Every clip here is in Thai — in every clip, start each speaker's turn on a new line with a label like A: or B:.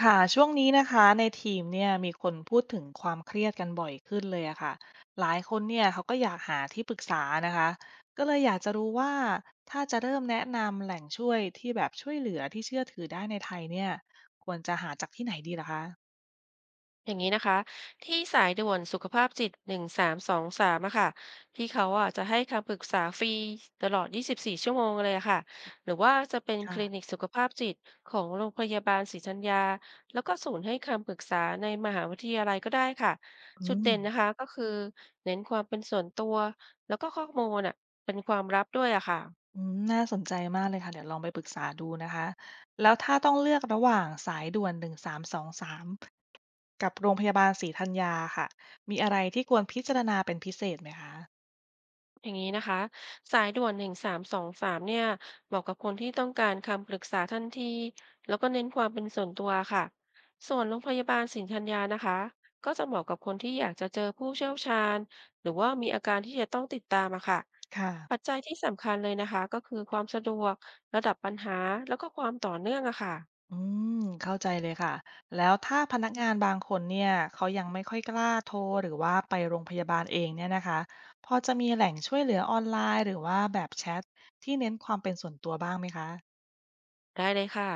A: ค่ะช่วงนี้นะคะในทีมเนี่ยมีคนพูดถึงความเครียดกันบ่อยขึ้นเลยอะค่ะหลายคนเนี่ยเขาก็อยากหาที่ปรึกษานะคะก็เลยอยากจะรู้ว่าถ้าจะเริ่มแนะนำแหล่งช่วยที่แบบช่วยเหลือที่เชื่อถือได้ในไทยเนี่ยควรจะหาจากที่ไหนดีล่ะคะ
B: อย่างนี้นะคะที่สายด่วนสุขภาพจิตหนึ่งสามสองสามอะค่ะที่เขาอะจะให้คำปรึกษาฟรีตลอด24 ชั่วโมงเลยอะค่ะหรือว่าจะเป็นคลินิก
A: ค่ะ
B: สุขภาพจิตของโรงพยาบาลศรีธัญญาแล้วก็ศูนย์ให้คำปรึกษาในมหาวิทยาลัยก็ได้ค่ะ
A: อื
B: จุด
A: ม
B: เด่นนะคะก็คือเน้นความเป็นส่วนตัวแล้วก็ข้อมูลอะเป็นความลับด้วยอะค่ะ
A: อืมน่าสนใจมากเลยค่ะเดี๋ยวลองไปปรึกษาดูนะคะแล้วถ้าต้องเลือกระหว่างสายด่วนหนึ่งสามสองสามกับโรงพยาบาลศรีธัญญาค่ะมีอะไรที่ควรพิจารณาเป็นพิเศษไหมคะ
B: อย่างนี้นะคะสายด่วนหนึ่งสามสองสามเนี่ยเหมาะกับคนที่ต้องการคำปรึกษาทันทีแล้วก็เน้นความเป็นส่วนตัวค่ะส่วนโรงพยาบาลสินธัญญานะคะก็จะเหมาะกับคนที่อยากจะเจอผู้เชี่ยวชาญหรือว่ามีอาการที่จะต้องติดตามอะค่ะ
A: ค่ะ
B: ปัจจัยที่สำคัญเลยนะคะก็คือความสะดวกระดับปัญหาแล้วก็ความต่อเนื่องอะค่ะ
A: อืมเข้าใจเลยค่ะแล้วถ้าพนักงานบางคนเนี่ยเขายังไม่ค่อยกล้าโทรหรือว่าไปโรงพยาบาลเองเนี่ยนะคะพอจะมีแหล่งช่วยเหลือออนไลน์หรือว่าแบบแชทที่เน้นความเป็นส่วนตัวบ้างไหมคะ
B: ได้เลยค่ะ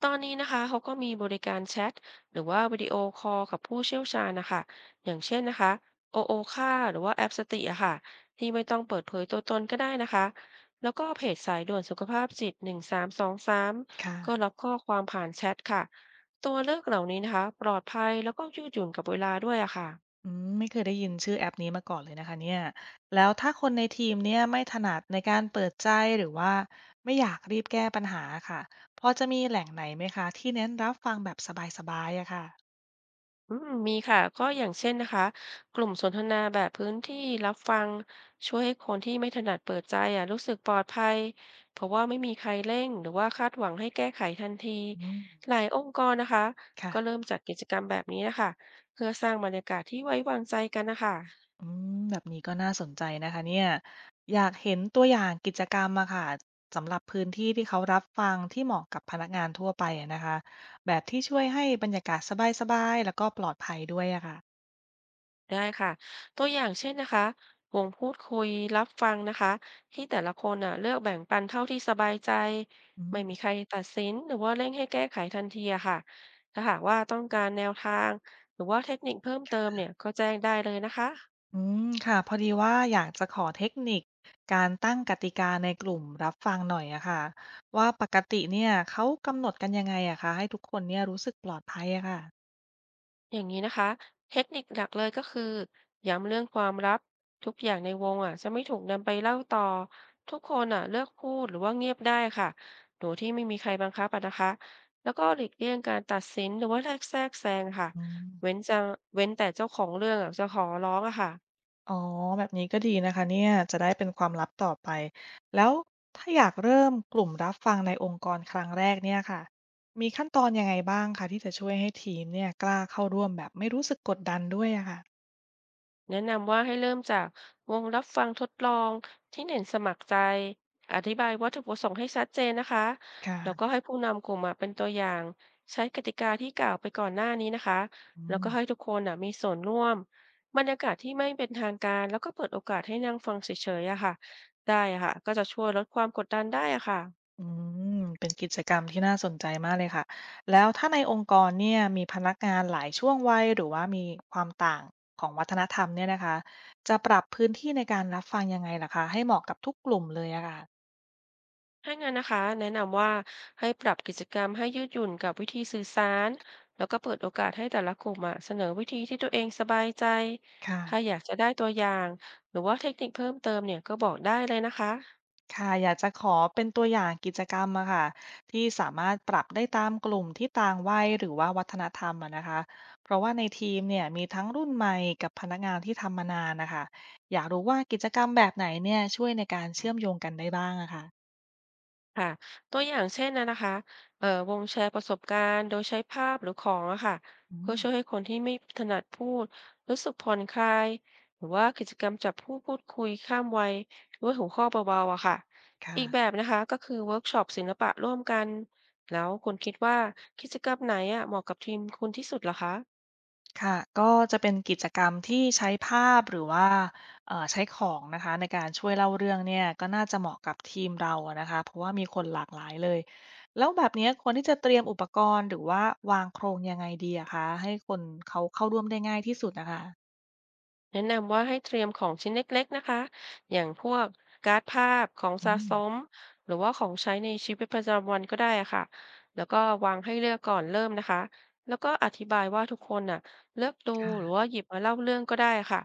B: ตอนนี้นะคะเขาก็มีบริการแชทหรือว่าวิดีโอคอลกับผู้เชี่ยวชาญนะคะ อย่างเช่นนะคะโอโอค่าหรือว่าแอปสติอะค่ะที่ไม่ต้องเปิดเผยตัวตนก็ได้นะคะแล้วก็เพจสายด่วนสุขภาพจิตหนึ่งสามสองสามก็
A: ค่ะ
B: รับข้อความผ่านแชทค่ะตัวเลือกเหล่านี้นะคะปลอดภัยแล้วก็ยืดหยุ่นกับเวลาด้วยอะค่ะ
A: อืมไม่เคยได้ยินชื่อแอปนี้มาก่อนเลยนะคะเนี่ยแล้วถ้าคนในทีมเนี่ยไม่ถนัดในการเปิดใจหรือว่าไม่อยากรีบแก้ปัญหาค่ะพอจะมีแหล่งไหนไหมคะที่เน้นรับฟังแบบสบายๆอะค่ะ
B: อืมมีค่ะก็อย่างเช่นนะคะกลุ่มสนทนาแบบพื้นที่รับฟังช่วยให้คนที่ไม่ถนัดเปิดใจอ่ะรู้สึกปลอดภัยเพราะว่าไม่มีใครเร่งหรือว่าคาดหวังให้แก้ไขทันที
A: อืม
B: หลายองค์กรนะคะก็เริ่ม
A: ค่ะ
B: จัดกิจกรรมแบบนี้นะคะเพื่อสร้างบรรยากาศที่ไว้วางใจกันนะคะ
A: อืมแบบนี้ก็น่าสนใจนะคะเนี่ยอยากเห็นตัวอย่างกิจกรรมอะค่ะสำหรับพื้นที่ที่เขารับฟังที่เหมาะกับพนักงานทั่วไปอะนะคะแบบที่ช่วยให้บรรยากาศสบายๆแล้วก็ปลอดภัยด้วยอะค่ะ
B: ได้ค่ะตัวอย่างเช่นนะคะวงพูดคุยรับฟังนะคะที่แต่ละคนอ่ะเลือกแบ่งปันเท่าที่สบายใจ
A: อื
B: ไม่
A: ม
B: มีใครตัดสินหรือว่าเร่งให้แก้ไขทันทีอะค่ะถ้าหากว่าต้องการแนวทางหรือว่าเทคนิคเพิ่มเติมเนี่ยก็แจ้งได้เลยนะคะ
A: อืมค่ะพอดีว่าอยากจะขอเทคนิคการตั้งกติกาในกลุ่มรับฟังหน่อยอะค่ะว่าปกติเนี่ยเขากำหนดกันยังไงอะคะให้ทุกคนเนี่ยรู้สึกปลอดภัยอะค่ะ
B: อย่างนี้นะคะเทคนิคหลักเลยก็คือย้ำเรื่องความลับทุกอย่างในวงอ่ะจะไม่ถูกนำไปเล่าต่อทุกคนอ่ะเลือกพูดหรือว่าเงียบได้ค่ะโดยที่ไม่มีใครบังคับอะนะคะแล้วก็หลีกเลี่ยงการตัดสินหรือว่าแทรกแซงค่ะ
A: อื
B: เว้น
A: ม
B: จะเว้นแต่เจ้าของเรื่องอ่ะจะขอร้องอะค่ะ
A: อ๋อแบบนี้ก็ดีนะคะเนี่ยจะได้เป็นความลับต่อไปแล้วถ้าอยากเริ่มกลุ่มรับฟังในองค์กรครั้งแรกเนี่ยค่ะมีขั้นตอนยังไงบ้างคะที่จะช่วยให้ทีมเนี่ยกล้าเข้าร่วมแบบไม่รู้สึกกดดันด้วยอะค่ะ
B: แนะนำว่าให้เริ่มจากวงรับฟังทดลองที่เน้นสมัครใจอธิบายวัตถุประสงค์ให้ชัดเจนนะคะแล้วก็
A: ค่ะ
B: ให้ผู้นำกลุ่มอะเป็นตัวอย่างใช้กติกาที่กล่าวไปก่อนหน้านี้นะคะ
A: อื
B: แล้ว
A: ม
B: ก็ให้ทุกคนอะมีส่วนร่วมบรรยากาศที่ไม่เป็นทางการแล้วก็เปิดโอกาสให้นั่งฟังเฉยๆอะค่ะได้อะค่ะก็จะช่วยลดความกดดันได้อะค่ะ
A: อืมเป็นกิจกรรมที่น่าสนใจมากเลยค่ะแล้วถ้าในองค์กรเนี่ยมีพนักงานหลายช่วงวัยหรือว่ามีความต่างของวัฒนธรรมเนี่ยนะคะจะปรับพื้นที่ในการรับฟังยังไงล่ะคะให้เหมาะกับทุกกลุ่มเลยอะค่ะ
B: ถ้างั้นนะคะแนะนำว่าให้ปรับกิจกรรมให้ยืดหยุ่นกับวิธีสื่อสารแล้วก็เปิดโอกาสให้แต่ละกลุ่มอะเสนอวิธีที่ตัวเองสบายใจ
A: ค่ะ
B: ถ้าอยากจะได้ตัวอย่างหรือว่าเทคนิคเพิ่มเติมเนี่ยก็บอกได้เลยนะคะ
A: ค่ะอยากจะขอเป็นตัวอย่างกิจกรรมอะค่ะที่สามารถปรับได้ตามกลุ่มที่ต่างวัยหรือว่าวัฒนธรรมอะนะคะเพราะว่าในทีมเนี่ยมีทั้งรุ่นใหม่กับพนักงานที่ทำมานานนะคะอยากรู้ว่ากิจกรรมแบบไหนเนี่ยช่วยในการเชื่อมโยงกันได้บ้างอะค่ะ
B: ค่ะตัวอย่างเช่นนะคะวงแชร์ประสบการณ์โดยใช้ภาพหรือของอะค่ะ
A: อื
B: เพื่อช่วยให้
A: ม
B: คนที่ไม่ถนัดพูดรู้สึกผ่อนคลายหรือว่ากิจกรรมจับผู้พูดคุยข้ามวัยด้วยหัวข้อเบาๆอะค่ะ
A: ค่ะ
B: อีกแบบนะคะก็คือเวิร์กช็อปศิลปะร่วมกันแล้วคุณคิดว่ากิจกรรมไหนอะเหมาะกับทีมคุณที่สุดเหรอคะ
A: ค่ะก็จะเป็นกิจกรรมที่ใช้ภาพหรือว่าใช้ของนะคะในการช่วยเล่าเรื่องเนี่ยก็น่าจะเหมาะกับทีมเราอะนะคะเพราะว่ามีคนหลากหลายเลยแล้วแบบเนี้ยควรที่จะเตรียมอุปกรณ์หรือว่าวางโครงยังไงดีอะคะให้คนเขาเข้าร่วมได้ง่ายที่สุดนะคะ
B: แนะนำว่าให้เตรียมของชิ้นเล็กๆนะคะอย่างพวกการ์ดภาพของ
A: อื
B: สะส
A: ม
B: มหรือว่าของใช้ในชีวิตประจำวันก็ได้อะค่ะแล้วก็วางให้เลือกก่อนเริ่มนะคะแล้วก็อธิบายว่าทุกคนน่ะเลือกดูหรือว่า
A: ค่ะ
B: หยิบมาเล่าเรื่องก็ได้ค่ะ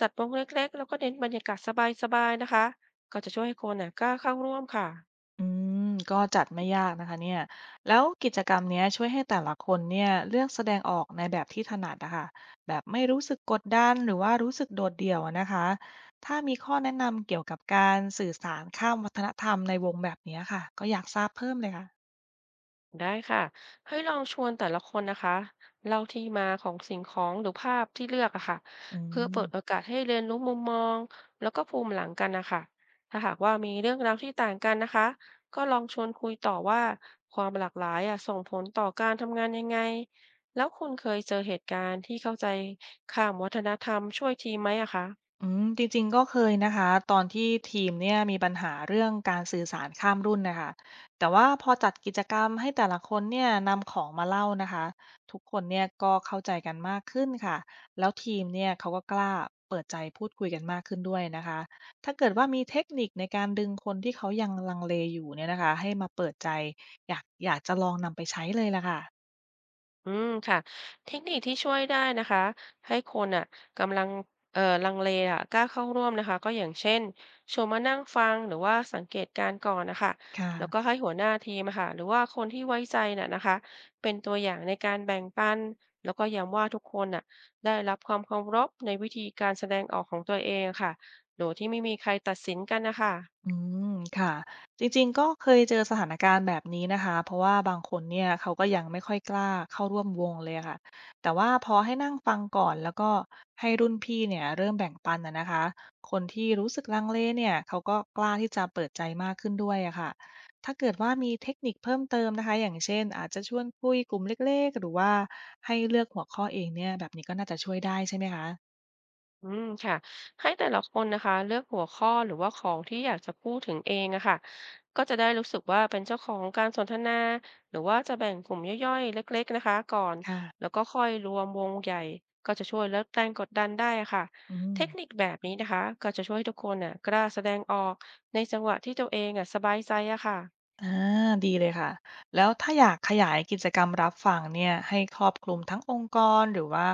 B: จัดวงเล็กๆแล้วก็เน้นบรรยากาศสบายๆนะคะก็จะช่วยให้คนน่ะกล้าเข้าร่วมค่ะ
A: อืม ก็จัดไม่ยากนะคะเนี่ยแล้วกิจกรรมเนี้ยช่วยให้แต่ละคนเนี่ยเลือกแสดงออกในแบบที่ถนัดนะคะ แบบไม่รู้สึกกดดันหรือว่ารู้สึกโดดเดี่ยวอะนะคะ ถ้ามีข้อแนะนำเกี่ยวกับการสื่อสารข้ามวัฒนธรรมในวงแบบเนี้ยค่ะ ก็อยากทราบเพิ่มเลยค่ะ
B: ได้ค่ะให้ลองชวนแต่ละคนนะคะเล่าที่มาของสิ่งของหรือภาพที่เลือกอะค่ะ
A: อื
B: เพื่อเปิ
A: ม
B: ดโอกาสให้เรียนรู้มุมมองแล้วก็ภูมิหลังกันนะคะถ้าหากว่ามีเรื่องราวที่ต่างกันนะคะก็ลองชวนคุยต่อว่าความหลากหลายอะส่งผลต่อการทำงานยังไงแล้วคุณเคยเจอเหตุการณ์ที่เข้าใจข้ามวัฒนธรรมช่วยทีมไหมอะคะ
A: อืมจริงๆก็เคยนะคะตอนที่ทีมเนี่ยมีปัญหาเรื่องการสื่อสารข้ามรุ่นนะคะแต่ว่าพอจัดกิจกรรมให้แต่ละคนเนี่ยนำของมาเล่านะคะทุกคนเนี่ยก็เข้าใจกันมากขึ้นค่ะแล้วทีมเนี่ยเขาก็กล้าเปิดใจพูดคุยกันมากขึ้นด้วยนะคะถ้าเกิดว่ามีเทคนิคในการดึงคนที่เขายังลังเลอยู่เนี่ยนะคะให้มาเปิดใจอยากจะลองนำไปใช้เลยล่ะค่ะ
B: อืมค่ะเทคนิคที่ช่วยได้นะคะให้คนอ่ะกำลังลังเลอะกล้าเข้าร่วมนะคะก็อย่างเช่นชวนมานั่งฟังหรือว่าสังเกตการณ์ก่อนนะคะ
A: ค่ะ
B: แล้วก็ให้หัวหน้าทีมอะค่ะหรือว่าคนที่ไว้ใจน่ะนะคะเป็นตัวอย่างในการแบ่งปันแล้วก็ย้ำว่าทุกคนน่ะได้รับความเคารพในวิธีการแสดงออกของตัวเองค่ะโดยที่ไม่มีใครตัดสินกันนะคะ
A: อืมค่ะจริงๆก็เคยเจอสถานการณ์แบบนี้นะคะเพราะว่าบางคนเนี่ยเขาก็ยังไม่ค่อยกล้าเข้าร่วมวงเลยค่ะแต่ว่าพอให้นั่งฟังก่อนแล้วก็ให้รุ่นพี่เนี่ยเริ่มแบ่งปันนะคะคนที่รู้สึกลังเลเนี่ยเขาก็กล้าที่จะเปิดใจมากขึ้นด้วยอะค่ะถ้าเกิดว่ามีเทคนิคเพิ่มเติมนะคะอย่างเช่นอาจจะชวนคุยกลุ่มเล็กๆหรือว่าให้เลือกหัวข้อเองเนี่ยแบบนี้ก็น่าจะช่วยได้ใช่ไหมคะ
B: อืมค่ะให้แต่ละคนนะคะเลือกหัวข้อหรือว่าของที่อยากจะพูดถึงเองอะค่ะก็จะได้รู้สึกว่าเป็นเจ้าของการสนทนาหรือว่าจะแบ่งกลุ่มย่อยๆเล็กๆนะคะก่อนแล้
A: ค่ะ
B: วก็ค่อยรวมวงใหญ่ก็จะช่วยลดแรงกดดันได้อะค่ะ
A: อื
B: เทคนิค
A: ม
B: แบบนี้นะคะก็จะช่วยให้ทุกคนน่ะกล้าแสดงออกในจังหวะที่ตัวเองอะสบายใจอะค่ะ
A: อาดีเลยค่ะแล้วถ้าอยากขยายกิจกรรมรับฟังเนี่ยให้ครอบคลุมทั้งองค์กรหรือว่า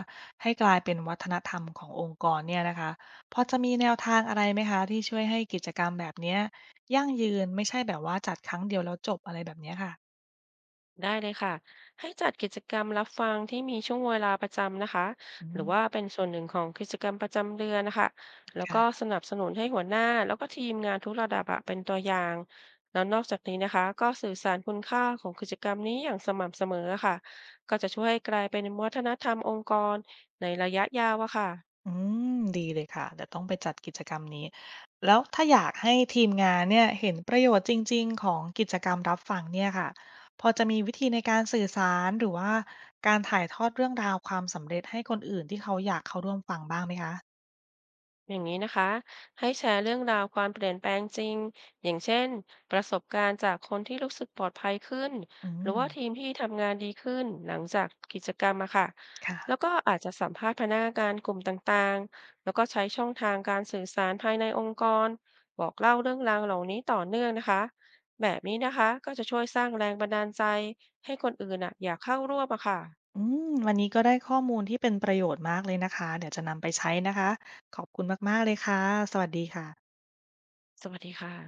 A: ให้กลายเป็นวัฒนธรรมขององค์กรเนี่ยนะคะพอจะมีแนวทางอะไรไหมคะที่ช่วยให้กิจกรรมแบบเนี้ยยั่งยืนไม่ใช่แบบว่าจัดครั้งเดียวแล้วจบอะไรแบบเนี้ยค่ะ
B: ได้เลยค่ะให้จัดกิจกรรมรับฟังที่มีช่วงเวลาประจำนะคะ
A: อื
B: หรื
A: ม
B: อว่าเป็นส่วนหนึ่งของกิจกรรมประจำเดือนนะคะแล้ว
A: ค่
B: ก็
A: ะ
B: สนับสนุนให้หัวหน้าแล้วก็ทีมงานทุกระดับอะเป็นตัวอย่างแล้วนอกจากนี้นะคะก็สื่อสารคุณค่าของกิจกรรมนี้อย่างสม่ำเสมอค่ะก็จะช่วยให้กลายเป็นวัฒนธรรมองค์กรในระยะยาวอะค่ะ
A: อืมดีเลยค่ะเดี๋ยวต้องไปจัดกิจกรรมนี้แล้วถ้าอยากให้ทีมงานเนี่ยเห็นประโยชน์จริงๆของกิจกรรมรับฟังเนี่ยค่ะพอจะมีวิธีในการสื่อสารหรือว่าการถ่ายทอดเรื่องราวความสำเร็จให้คนอื่นที่เขาอยากเข้าร่วมฟังบ้างไหมคะ
B: อย่างนี้นะคะให้แชร์เรื่องราวความเปลี่ยนแปลงจริงอย่างเช่นประสบการณ์จากคนที่รู้สึกปลอดภัยขึ้น
A: อื
B: หรือ
A: ม
B: ว่าทีมที่ทำงานดีขึ้นหลังจากกิจกรรมอะค่ะแล้ว
A: ค่ะ
B: ก็อาจจะสัมภาษณ์พนักงานกลุ่มต่างๆแล้วก็ใช้ช่องทางการสื่อสารภายในองค์กรบอกเล่าเรื่องราวเหล่านี้ต่อเนื่องนะคะแบบนี้นะคะก็จะช่วยสร้างแรงบันดาลใจให้คนอื่นอะอยากเข้าร่วมอะค่ะ
A: อืมวันนี้ก็ได้ข้อมูลที่เป็นประโยชน์มากเลยนะคะเดี๋ยวจะนำไปใช้นะคะขอบคุณมากๆเลยค่ะสวัสดีค่ะ
B: สวัสดีค่ะ